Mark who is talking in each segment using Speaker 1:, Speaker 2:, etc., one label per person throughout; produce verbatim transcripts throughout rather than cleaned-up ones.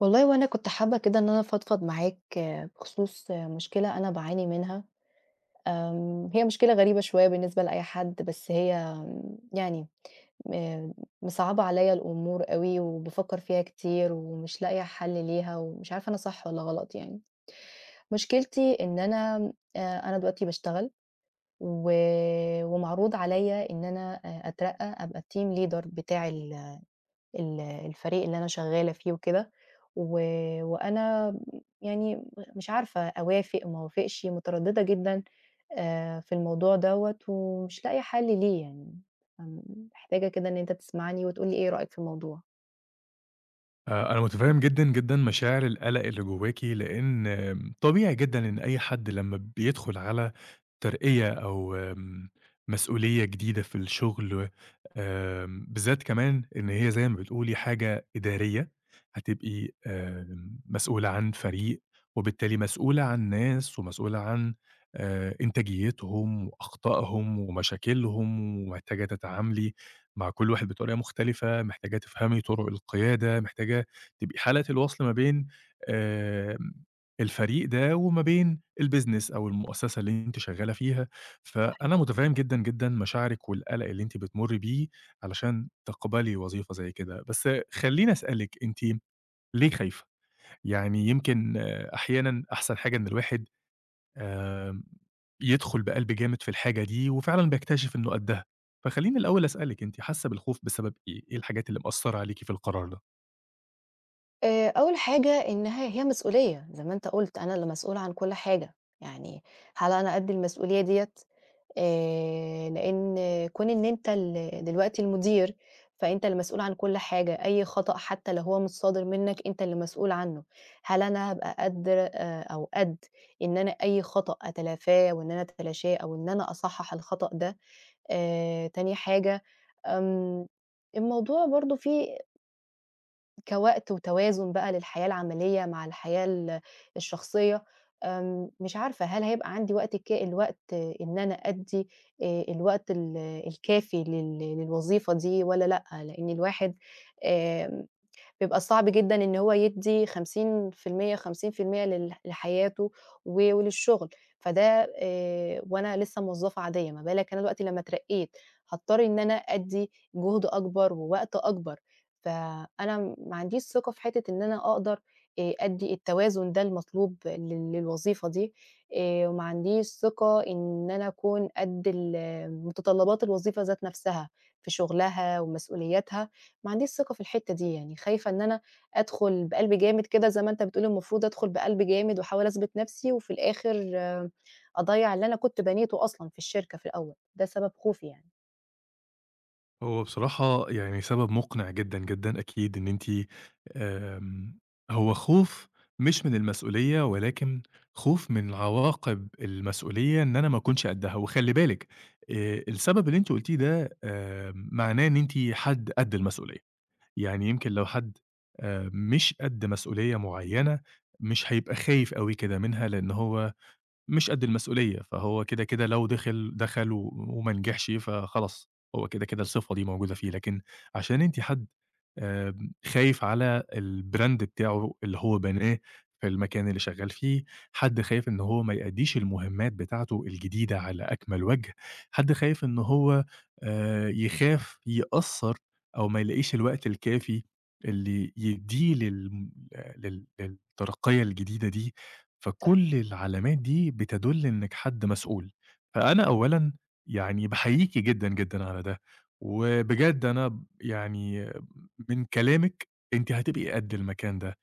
Speaker 1: والله وأنا كنت حابة كده إن أنا أفضفض معاك آه، بخصوص آه، مشكلة أنا باعاني منها، آمم، هي مشكلة غريبة شوية بالنسبة لأي حد، بس هي آم، يعني آآ، مصعّبة عليَّ الأمور أوي، وبافكّر فيها كتير ومش لاقية حل ليها، ومش عارفة أنا صح والّا غلط يعني. مشكلتي إن أنا آآ، أنا دلوقتي باشتغل و ومعروض عليَّ إن أنا أ أترقى أبقى الteam leader بتاع ال ال الفريق اللي أنا شغّالة فيه وكده، و وأنا يعني مش عارفة أوافق، ما أوافقش، مترددة جدًا آآ في الموضوع دوّة، ومش لاقية حل ليه يعني، فمحتاجة كده إن أنت تسمعني وتقول لي إيه رأيك في الموضوع؟
Speaker 2: آآ، أنا متفهم جدًا، جدًا مشاعر القلق اللي جواكِ، لأن آمم، طبيعي جدًا إن أي حد لمّا بيدخل على ترقية أو آمم، مسؤولية جديدة في الشغل، آمم، بالذات كمان إن هي زي ما بتقولي حاجة إدارية، هتبقي آمم، مسؤولة عن فريق، وبالتالي مسؤولة عن ناس، ومسؤولة عن آآ، إنتاجيتهم وأخطائهم ومشاكلهم، ومحتاجة تتعاملي مع كل واحد بطريقة مختلفة، محتاجة تفهمي طرق القيادة، محتاجة تبقي حالة الوصل ما بين آمم، الفريق ده وما بين الbusiness أو المؤسسة اللي أنتِ شغالة فيها،
Speaker 1: صحيح.
Speaker 2: فأنا متفهم جدًا، جدًا مشاعرِك والقلق اللي أنتِ بتمُرّي بيه علشان تقبلي وظيفة زي كده، بس خلّيني أسألِك أنتِ ليه خايفة؟ يعني يمكن آه، أحيانًا أحسن حاجة إن الواحد آمم، يدخل بقلب جامد في الحاجة دي، وفعلًا بيكتشف إنه قدّها. فخلّيني الأول أسألِك، أنتِ حاسة بالخوف بسبب إيه؟ إيه الحاجات اللي مأثّرة عليكِ في القرار ده؟
Speaker 1: آآ أول حاجة إنها هي مسؤولية، زي ما أنت قُلت أنا اللي مسؤولة عن كل حاجة، يعني هل أنا قد المسؤولية ديّة؟ آآ لإن كون إن أنت ال دلوقتي المدير، فأنت المسؤول عن كل حاجة، أي خطأ حتى لو هو مش صادر منّك أنت اللي مسؤول عنّه، هل أنا هابقى قادر آآ أو قد إن أنا أي خطأ أتلافاه وإن أنا أتلاشاه أو إن أنا أصحّح الخطأ ده؟ آآ تاني حاجة، آمم الموضوع برضه فيه كوقت وتوازن بقى للحياة العملية مع الحياة ال الشخصية، آمم، مش عارفة هل هيبقى عندي وقت ك الوقت آه، إن أنا أدّي آآ الوقت ال الكافي لل للوظيفة دي والّا لأ؟ لإن الواحد آمم بيبقى صعب جدًا إن هو يدّي خمسين في المية، خمسين في المية لل لحياته و وللشغل، فده آآ وأنا لسه موظفة عادية، ما بالك أنا دلوقتي لمّا اترقيت هاضطر إن أنا أدّي جهد أكبر ووقت أكبر، فأنا ما عنديش ثقة في حتّة إن أنا أقدر آآ أدّي التوازن ده المطلوب لل للوظيفة دي، آآ وما عنديش ثقة إن أنا أكون قد ال متطلبات الوظيفة ذات نفسها، في شغلها ومسؤولياتها ما عنديش ثقة في الحتّة دي، يعني خايفة إن أنا أدخل بقلب جامد كده زي ما أنت بتقول المفروض أدخل بقلب جامد وأحاول أثبت نَفْسي وفي الآخر آه، أضيّع اللي أنا كنت بنيته أصلًا في الشركة في الأول، ده سبب خوفي يعني.
Speaker 2: هو بصراحة يعني سبب مقنع جدًا، جدًا أكيد إن أنتِ آمم، هو خوف مش من المسؤولية، ولكن خوف من عواقب المسؤولية إن أنا ما أكونش قدّها. وخلّي بالِك آآ، السبب اللي أنتِ قلتيه ده آآ، معناه إن أنتِ حد قد المسؤولية. يعني يمكن لو حد آآ مش قد مسؤولية معيّنة، مش هيبقى خايف أوي كده منها، لإن هو مش قد المسؤولية، فهو كده، كده لو دخل، دخل و وما نجحش فخلاص، هو كده، كده الصفة دي موجودة فيه، لكن عشان أنتِ حد آمم، خايف على الbrand بتاعه اللي هو باناه في المكان اللي شغال فيه، حد خايف إن هو ما يأدّيش المهمات بتاعته الجديدة على أكمل وجه، حد خايف إن هو آآ، يخاف يقصّر أو ما يلاقيش الوقت الكافي اللي يدّيه للم لل للترقية الجديدة دي، فكل العلامات دي بتدل إنِّك حد مسؤول، فأنا أولًا يعني باحييكِ جدًا، جدًا على ده، وبجد أنا ب يعني من كلامِك أنتِ هتبقي قد المكان ده،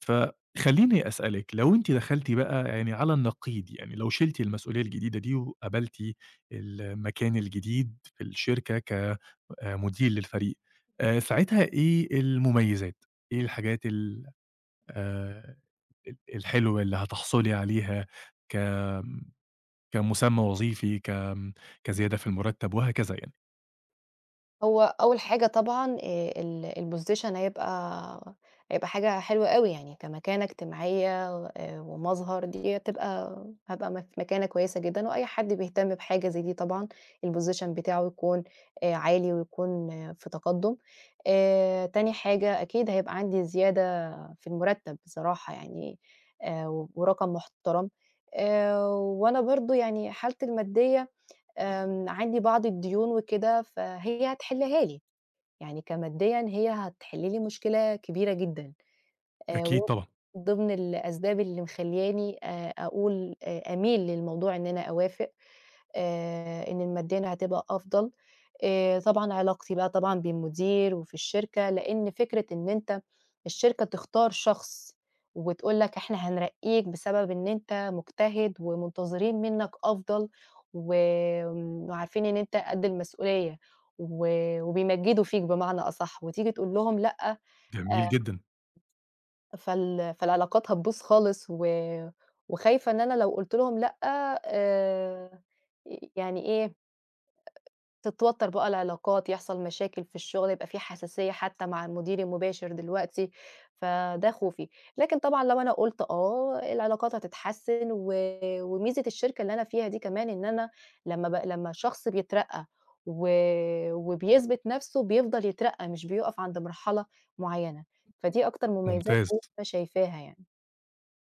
Speaker 2: فخلّيني أسألِك لو أنتِ دخلتِ بقى يعني على النقيض، يعني لو شِلتِ المسؤولية الجديدة دي وقبلتِ المكان الجديد في الشركة ك آآ مدير للفريق، آآ ساعتها إيه المميزات؟ إيه الحاجات ال آآ ال الحلوة اللي هتحصلي عليها ك كمسمى وظيفي، ك كزيادة في المرتب وهكذا يعني.
Speaker 1: هو أول حاجة طبعًا آآ ال الposition هيبقى هيبقى حاجة حلوة أوي يعني كمكانة اجتماعية آآ ومظهر، دي هتبقى هابقى م في مكانة كويسة جدًا، وأي حد بيهتم بحاجة زي دي طبعًا الposition بتاعه يكون آآ عالي ويكون آه، في تقدُّم. آآ تاني حاجة أكيد هيبقى عندي زيادة في المرتّب بصراحة يعني آآ ورقم محترم. آآ وأنا برضه يعني حالتي المادية آمم، عندي بعض الديون وكده، فهي هتحلها لي، يعني كماديًا هي هتحل لي مشكلة كبيرة جدًا. آآ
Speaker 2: أكيد
Speaker 1: وهي
Speaker 2: طبعًا،
Speaker 1: ضمن الأسباب اللي مخلّياني آآ أقول آآ أميل للموضوع إن أنا أوافق، آآ إن الماديًا هتبقى أفضل. آآ طبعًا علاقتي بقى طبعًا بالمدير وفي الشركة، لإن فكرة إن أنت الشركة تختار شخص وتقول لك إحنا هنرقّيك بسبب إن أنت مجتهد ومنتظرين منّك أفضل و آمم وعارفين إن أنت قد المسؤولية و وبيمجّدوا فيك بمعنى أصح، وتيجي تقول لهم لأ آه،
Speaker 2: جميل جدًا،
Speaker 1: فال فالعلاقات هتبوظ خالص و وخايفة إن أنا لو قُلت لهم لأ آآ يعني إيه، تتوتّر بقى العلاقات، يحصل مشاكل في الشغل، يبقى في حساسية حتى مع المدير المباشر دلوقتي، فده خوفي. لكن طبعًا لو أنا قُلت آه، العلاقات هتتحسن و وميزة الشركة اللي أنا فيها دي كمان إن أنا لمّا ب لمّا شخص بيترقّى و وبيثبت نَفْسه بيفضل يترقّى، مش بيُقف عند مرحلة معيّنة، فدي أكتر مميزات
Speaker 2: ممتاز.
Speaker 1: أنا شايفاها يعني.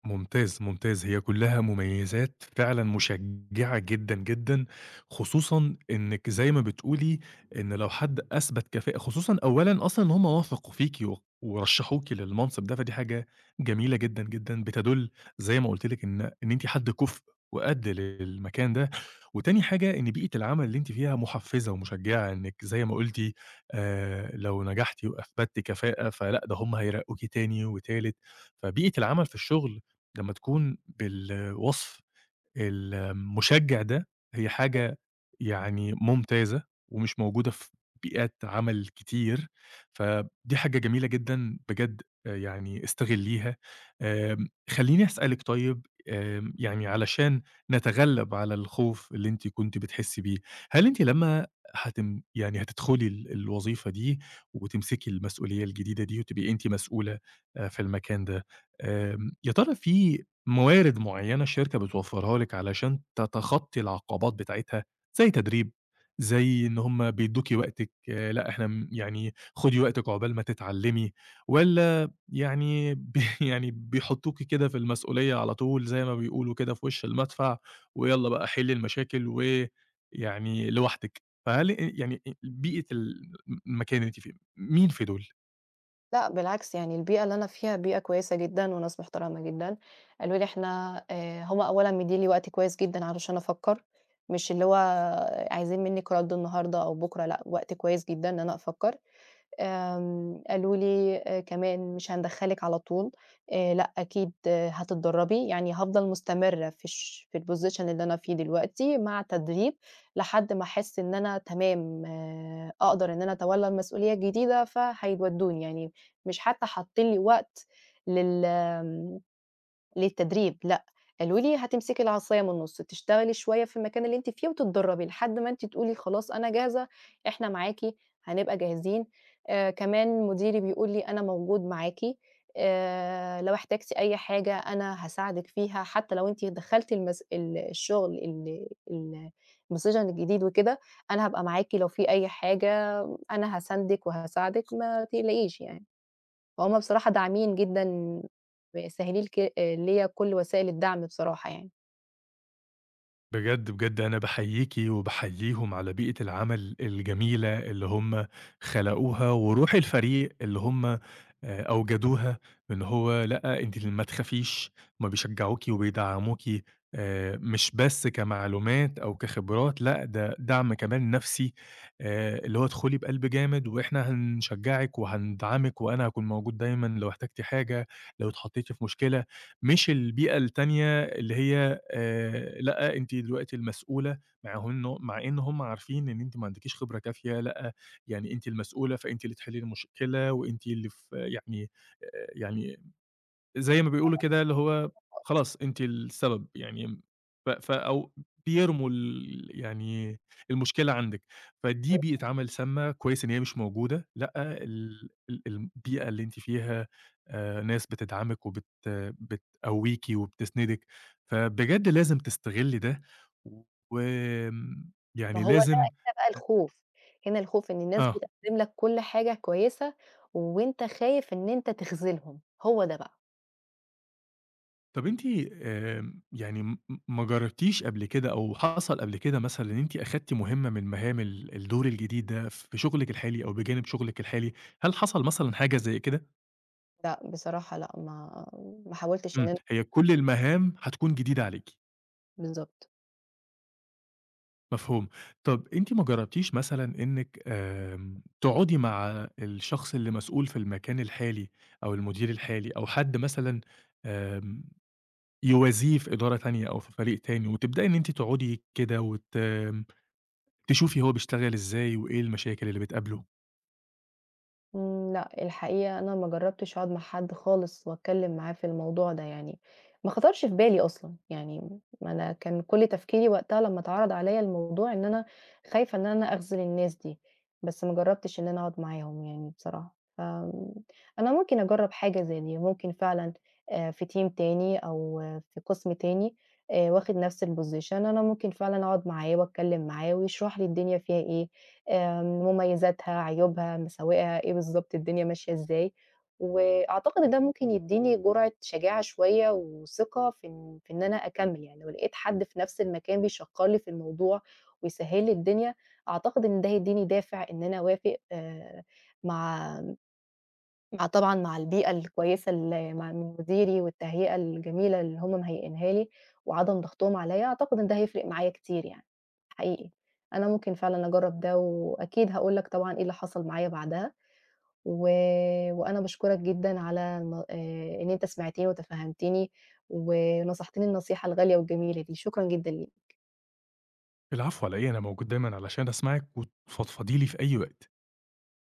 Speaker 2: ممتاز، ممتاز، هي كلّها مميزات فعلًا مشجّعة جدًا، جدًا، خصوصًا إنِّك زي ما بتقولي إن لو حد أثبت كفاءة خصوصًا أولًا أصلًا إن هُم وثقوا فيكِ و ورشّحوكِ للمنصب ده، فدي حاجة جميلة جدًا، جدًا، بتدُل زي ما قُلت لِك إن إن أنتِ حد كُفء وقَد للمكان ده، وتاني حاجة إن بيئة العمل اللي أنتِ فيها مُحفّزة ومشجّعة، إنِّك زي ما قُلتِ آآ لو نجحتِ وأثبتِّ كفاءة فلأ، ده هُم هيرقّوكِ تاني وتالت، فبيئة العمل في الشغل لمّا تكون بالوصف المشجّع ده، هي حاجة يعني ممتازة ومش موجودة في بيئات عمل كتير، فدي حاجة جميلة جدًا بجد آآ يعني استغلّيها. آمم خلّيني أسألِك طيب آمم يعني علشان نتغلّب على الخوف اللي أنتِ كنتِ بتحسّي بيه، هل أنتِ لمّا هتم يعني هتدخُلي ال الوظيفة دي وتمسكي المسؤولية الجديدة دي وتبقي أنتِ مسؤولة آآ في المكان ده، آمم يا ترى في موارد معيّنة الشركة بتوفّرها لِك علشان تتخطّي العقبات بتاعتها، زي تدريب، زي إن هُم بيدّوكِ وقتِك، آه، لأ إحنا م يعني خُدي وقتِك عقبال ما تتعلّمي، والّا يعني ب يعني بيحطّوكِ كده في المسؤولية على طول زي ما بيقولوا كده في وِش المدفع، ويالّا بقى حِلّي المشاكل ويعني لوحدِك، فهل أ يعني أ بيئة ال المكان اللي أنتِ فيه، مين في دول؟
Speaker 1: لأ بالعكس، يعني البيئة اللي أنا فيها بيئة كويسة جدًا وناس محترمة جدًا، قالوا لي: "إحنا" آآ هم أولًا مدّيين لي وقت كويس جدًا علشان أفكّر، مش اللي هو عايزين منِّك رَد النهارده أو بُكرة لأ، وقت كويس جدًا إن أنا أفكّر. آمم، قالوا لي آآ كمان مش هندخّلِك على طول، آآ لأ أكيد آه، هتتدرّبي، يعني هافضل مستمرة في الش في الposition اللي أنا فيه دلوقتي مع تدريب، لحد ما أحس إن أنا تمام آه، أقدر إن أنا أتولّى المسؤولية الجديدة، فهيودّوني، يعني مش حتى حاطّين لي وقت لل آمم، للتدريب لأ، قالوا لي: "هتمسكي العصاية من النُص، تشتغلي شوية في المكان اللي أنتِ فيه وتتدرّبي لحد ما أنتِ تقولي خلاص أنا جاهزة، إحنا معاكِ، هنبقى جاهزين." آآ كمان مديري بيقول لي: "أنا موجود معاكِ، آآ لو احتجتِ أي حاجة أنا هاساعدِك فيها، حتى لو أنتِ دخّلتِ المس ال الشغل ال ال السيشن الجديد وكده، أنا هابقى معاكِ لو في أي حاجة، أنا هاساندِك وهاساعدِك، ما تقلقيش يعني." فهُم بصراحة داعمين جدًا، مسهّلين ك ليّا كل وسائل الدعم بصراحة يعني.
Speaker 2: بجد، بجد أنا باحييكِ وباحييهم على بيئة العمل الجميلة اللي هم خلقوها، وروح الفريق اللي هم آآ أوجدوها، إن هو لأ، أنتِ ما تخافيش، هم بيشجعوكِ وبيدعموكِ آآ مش بس كمعلومات أو كخبرات، لأ، ده دعم كمان نفسي، آآ اللي هو ادخلي بقلب جامد وإحنا هنشجعِك وهندعمِك وأنا هاكون موجود دايمًا لو احتجتِ حاجة، لو اتحطيتِ في مشكلة، مش البيئة التانية اللي هي آآ لأ، أنتِ دلوقتي المسؤولة، مع هُن مع إن هُم عارفين إن أنتِ ما عندكيش خبرة كافية، لأ، يعني أنتِ المسؤولة، فأنتِ اللي تحلّي المشكلة وأنتِ اللي ف يعني آآ يعني زي ما بيقولوا كده اللي هو خلاص أنتِ السبب، يعني ف ف أو بيرموا ال يعني المشكلة عندِك، فدي بيئة عمل سامة، كويس إن هي مش موجودة، لأ ال ال البيئة اللي أنتِ فيها آآ ناس بتدعمِك وبت بتقويكِ وبتسندِك، فبجد لازم تستغلي ده، وآمم
Speaker 1: ما
Speaker 2: يعني
Speaker 1: هو ده
Speaker 2: لازم
Speaker 1: هنا بقى الخوف، هنا الخوف إن الناس
Speaker 2: آه.
Speaker 1: بتقدّم لك كل حاجة كويسة، وأنت خايف إن أنت تخذلهم، هو ده بقى.
Speaker 2: طب أنتِ آمم، يعني م ما جربتيش قبل كده أو حصل قبل كده مثلًا إن أنتِ أخدتِ مهمة من مهام ال الدور الجديد ده في شغلِك الحالي أو بجانب شغلِك الحالي، هل حصل مثلًا حاجة زي كده؟
Speaker 1: لأ بصراحة لأ، ما ما حاولتش إن
Speaker 2: إمم،
Speaker 1: أنا
Speaker 2: هي كل المهام هتكون جديدة عليكِ،
Speaker 1: بالضبط.
Speaker 2: مفهوم. طب أنتِ ما جربتيش مثلًا إنِّك آمم، تقعدي مع الشخص اللي مسؤول في المكان الحالي أو المدير الحالي أو حد مثلًا آمم، يوازيه في إدارة تانية أو في فريق تاني وتبدئي إن أنتِ تقعدي كده وت تشوفي هو بيشتغل إزاي وإيه المشاكل اللي بتقابله.
Speaker 1: إمم، لأ، الحقيقة أنا ما جرّبتش أقعد مع حد خالص وأتكلّم معاه في الموضوع ده يعني، ما خطرش في بالي أصلًا، يعني ما أنا كان كل تفكيري وقتها لمّا اتعرض عليَّ الموضوع إن أنا خايفة إن أنا أخذل الناس دي، بس ما جرّبتش إن أنا أقعد معاهم يعني بصراحة، ف أنا ممكن أجرّب حاجة زي دي، ممكن فعلًا آآ في team تاني أو آه، في قسم تاني آآ واخد نفس الposition أنا ممكن فعلًا أقعد معاه وأتكلّم معاه ويشرح لي الدنيا فيها إيه، آآ مميزاتها، عيوبها، مساوئها، إيه بالضبط الدنيا ماشية إزاي، وأعتقد إن ده ممكن يدّيني جرعة شجاعة شوية وثقة في إن في إن أنا أكمّل، يعني لو لقيت حد في نفس المكان بيشكّر لي في الموضوع ويسهّل لي الدنيا، أعتقد إن ده هيدّيني دافع إن أنا أوافق آآ مع مع طبعًا مع البيئة الكويسة ال مع من مديري والتهيئة الجميلة اللي هم مهيئينها لي، وعدم ضغطهم عليَّ، أعتقد إن ده هيفرق معايا كتير يعني، حقيقي. أنا ممكن فعلًا أجرّب ده، وأكيد هاقول لك طبعًا إيه اللي حصل معايا بعدها، و وأنا باشكرك جدًا على الن آآ إن أنت سمعتني وتفهّمتني، ونصحتني النصيحة الغالية والجميلة دي، شكرًا جدًا ليك.
Speaker 2: العفو على إيه، أنا موجود دايمًا علشان أسمعِك وتفضفضي لي في أي وقت.